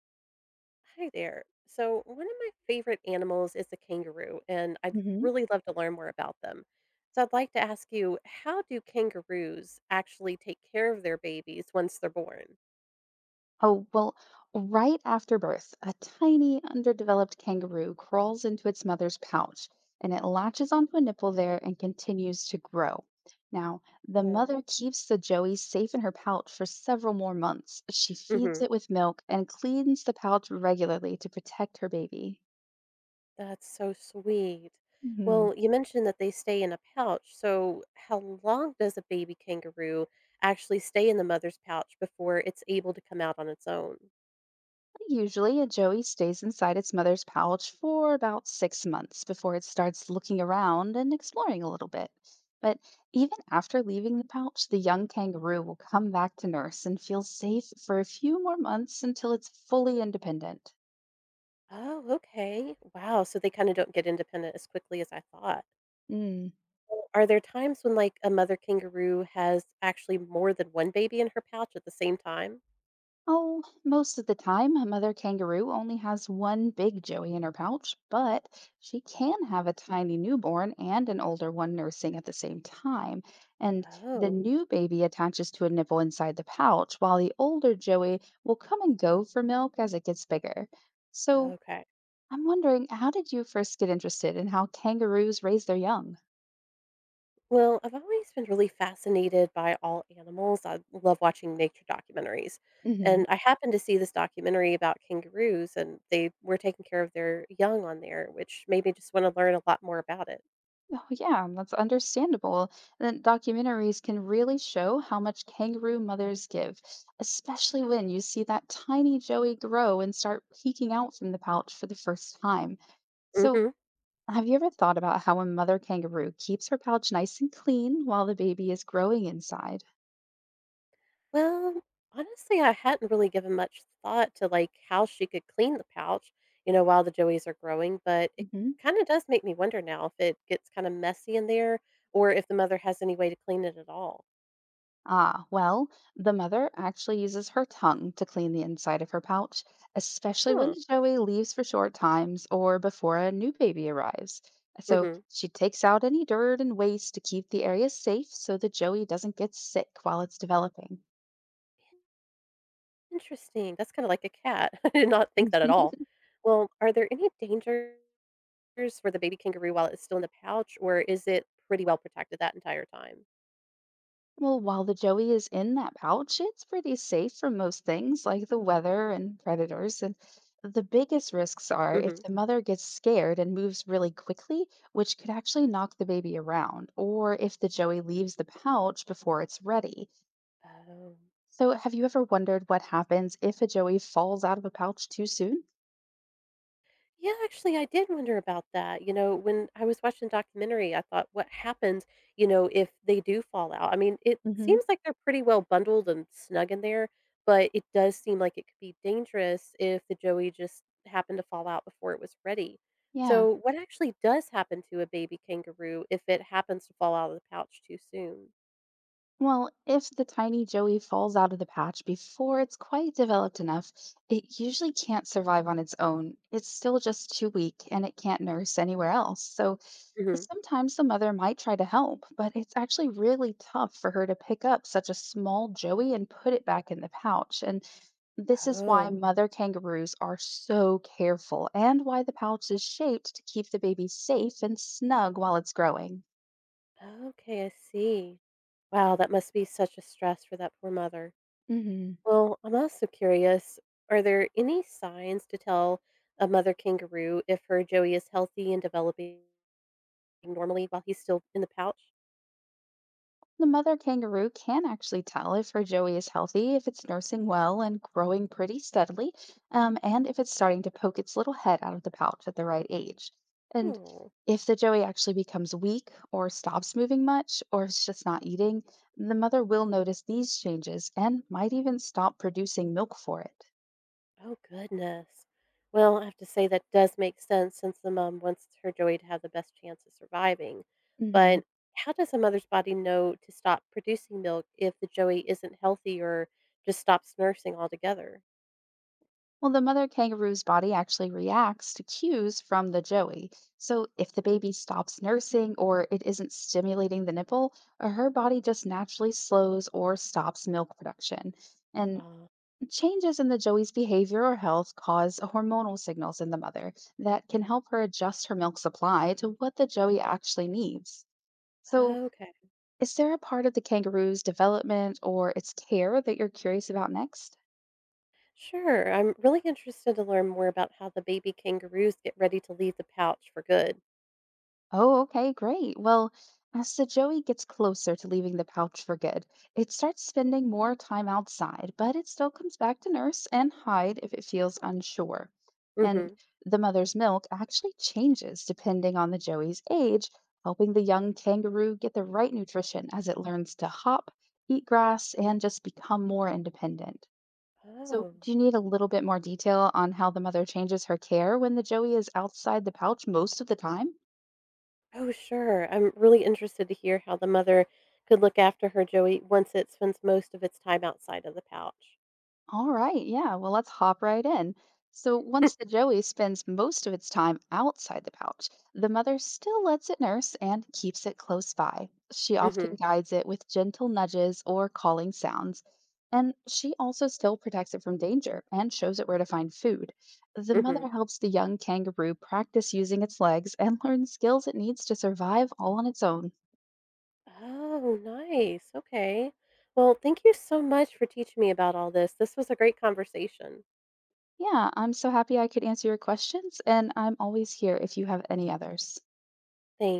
Hi there. So, one of my favorite animals is the kangaroo, and I'd Hmm. really love to learn more about them. So, I'd like to ask you, how do kangaroos actually take care of their babies once they're born? Oh, well, right after birth, a tiny underdeveloped kangaroo crawls into its mother's pouch, and it latches onto a nipple there and continues to grow. Now, the mother Oh, keeps the joey safe in her pouch for several more months. She feeds hmm, it with milk and cleans the pouch regularly to protect her baby. that's so sweet. Well, you mentioned that they stay in a pouch. So, how long does a baby kangaroo actually stay in the mother's pouch before it's able to come out on its own? Usually, a joey stays inside its mother's pouch for about 6 months before it starts looking around and exploring a little bit. But even after leaving the pouch, the young kangaroo will come back to nurse and feel safe for a few more months until it's fully independent. Oh, okay. Wow. So, they kind of don't get independent as quickly as I thought. Mm. So, are there times when, like, a mother kangaroo has actually more than one baby in her pouch at the same time? Oh, most of the time, a mother kangaroo only has one big joey in her pouch, but she can have a tiny newborn and an older one nursing at the same time. And the Oh, new baby attaches to a nipple inside the pouch, while the older joey will come and go for milk as it gets bigger. So okay. I'm wondering, how did you first get interested in how kangaroos raise their young? Well, I've always been really fascinated by all animals. I love watching nature documentaries. And Hmm. I happened to see this documentary about kangaroos, and they were taking care of their young on there, which made me just want to learn a lot more about it. Oh, yeah, that's understandable. And documentaries can really show how much kangaroo mothers give, especially when you see that tiny Joey grow and start peeking out from the pouch for the first time. So, Hmm. have you ever thought about how a mother kangaroo keeps her pouch nice and clean while the baby is growing inside? Well, honestly, I hadn't really given much thought to, like, how she could clean the pouch, while the joeys are growing, but it Mm-hmm. kinda does make me wonder now if it gets kinda messy in there or if the mother has any way to clean it at all. Ah, well, the mother actually uses her tongue to clean the inside of her pouch, especially when Huh. the joey leaves for short times or before a new baby arrives. So Mhm. she takes out any dirt and waste to keep the area safe so the joey doesn't get sick while it's developing. Interesting. That's kinda like a cat. I did not think that at all. Well, are there any dangers for the baby kangaroo while it's still in the pouch, or is it pretty well protected that entire time? Well, while the joey is in that pouch, it's pretty safe from most things like the weather and predators. And the biggest risks are if Mhm. the mother gets scared and moves really quickly, which could actually knock the baby around, or if the joey leaves the pouch before it's ready. Oh. So, have you ever wondered what happens if a joey falls out of a pouch too soon? Yeah, actually, I did wonder about that. You know, when I was watching the documentary, I thought, what happens, if they do fall out? I mean, it Hmm. seems like they're pretty well bundled and snug in there, but it does seem like it could be dangerous if the joey just happened to fall out before it was ready. Yeah. So, what actually does happen to a baby kangaroo if it happens to fall out of the pouch too soon? Well, if the tiny joey falls out of the patch before it's quite developed enough, it usually can't survive on its own. It's still just too weak and it can't nurse anywhere else. So Hmm. sometimes the mother might try to help, but it's actually really tough for her to pick up such a small joey and put it back in the pouch. And this is why Oh, mother kangaroos are so careful and why the pouch is shaped to keep the baby safe and snug while it's growing. okay, I see. Wow, that must be such a stress for that poor mother. Hmm. Well, I'm also curious, are there any signs to tell a mother kangaroo if her joey is healthy and developing normally while he's still in the pouch? The mother kangaroo can actually tell if her joey is healthy, if it's nursing well and growing pretty steadily, and if it's starting to poke its little head out of the pouch at the right age. And Oh, if the joey actually becomes weak or stops moving much, or if it's just not eating, the mother will notice these changes and might even stop producing milk for it. oh goodness. Well, I have to say that does make sense since the mom wants her joey to have the best chance of surviving. Hmm. But how does a mother's body know to stop producing milk if the joey isn't healthy or just stops nursing altogether? Well, the mother kangaroo's body actually reacts to cues from the joey. So if the baby stops nursing or it isn't stimulating the nipple, her body just naturally slows or stops milk production. And Uh, changes in the joey's behavior or health cause hormonal signals in the mother that can help her adjust her milk supply to what the joey actually needs. So, okay. is there a part of the kangaroo's development or its care that you're curious about next? Sure. I'm really interested to learn more about how the baby kangaroos get ready to leave the pouch for good. Oh, okay, great. Well, as the Joey gets closer to leaving the pouch for good, it starts spending more time outside, but it still comes back to nurse and hide if it feels unsure. And Hmm. the mother's milk actually changes depending on the Joey's age, helping the young kangaroo get the right nutrition as it learns to hop, eat grass, and just become more independent. So, Oh, do you need a little bit more detail on how the mother changes her care when the Joey is outside the pouch most of the time? oh, sure. I'm really interested to hear how the mother could look after her Joey once it spends most of its time outside of the pouch. All right, yeah. Well, let's hop right in. So, once the joey spends most of its time outside the pouch, the mother still lets it nurse and keeps it close by. She Hmm. often guides it with gentle nudges or calling sounds, and she also still protects it from danger and shows it where to find food. The Hmm. mother helps the young kangaroo practice using its legs and learn skills it needs to survive all on its own. Oh, nice. Okay. Well, thank you so much for teaching me about all this. This was a great conversation. Yeah, I'm so happy I could answer your questions, and I'm always here if you have any others. Thanks.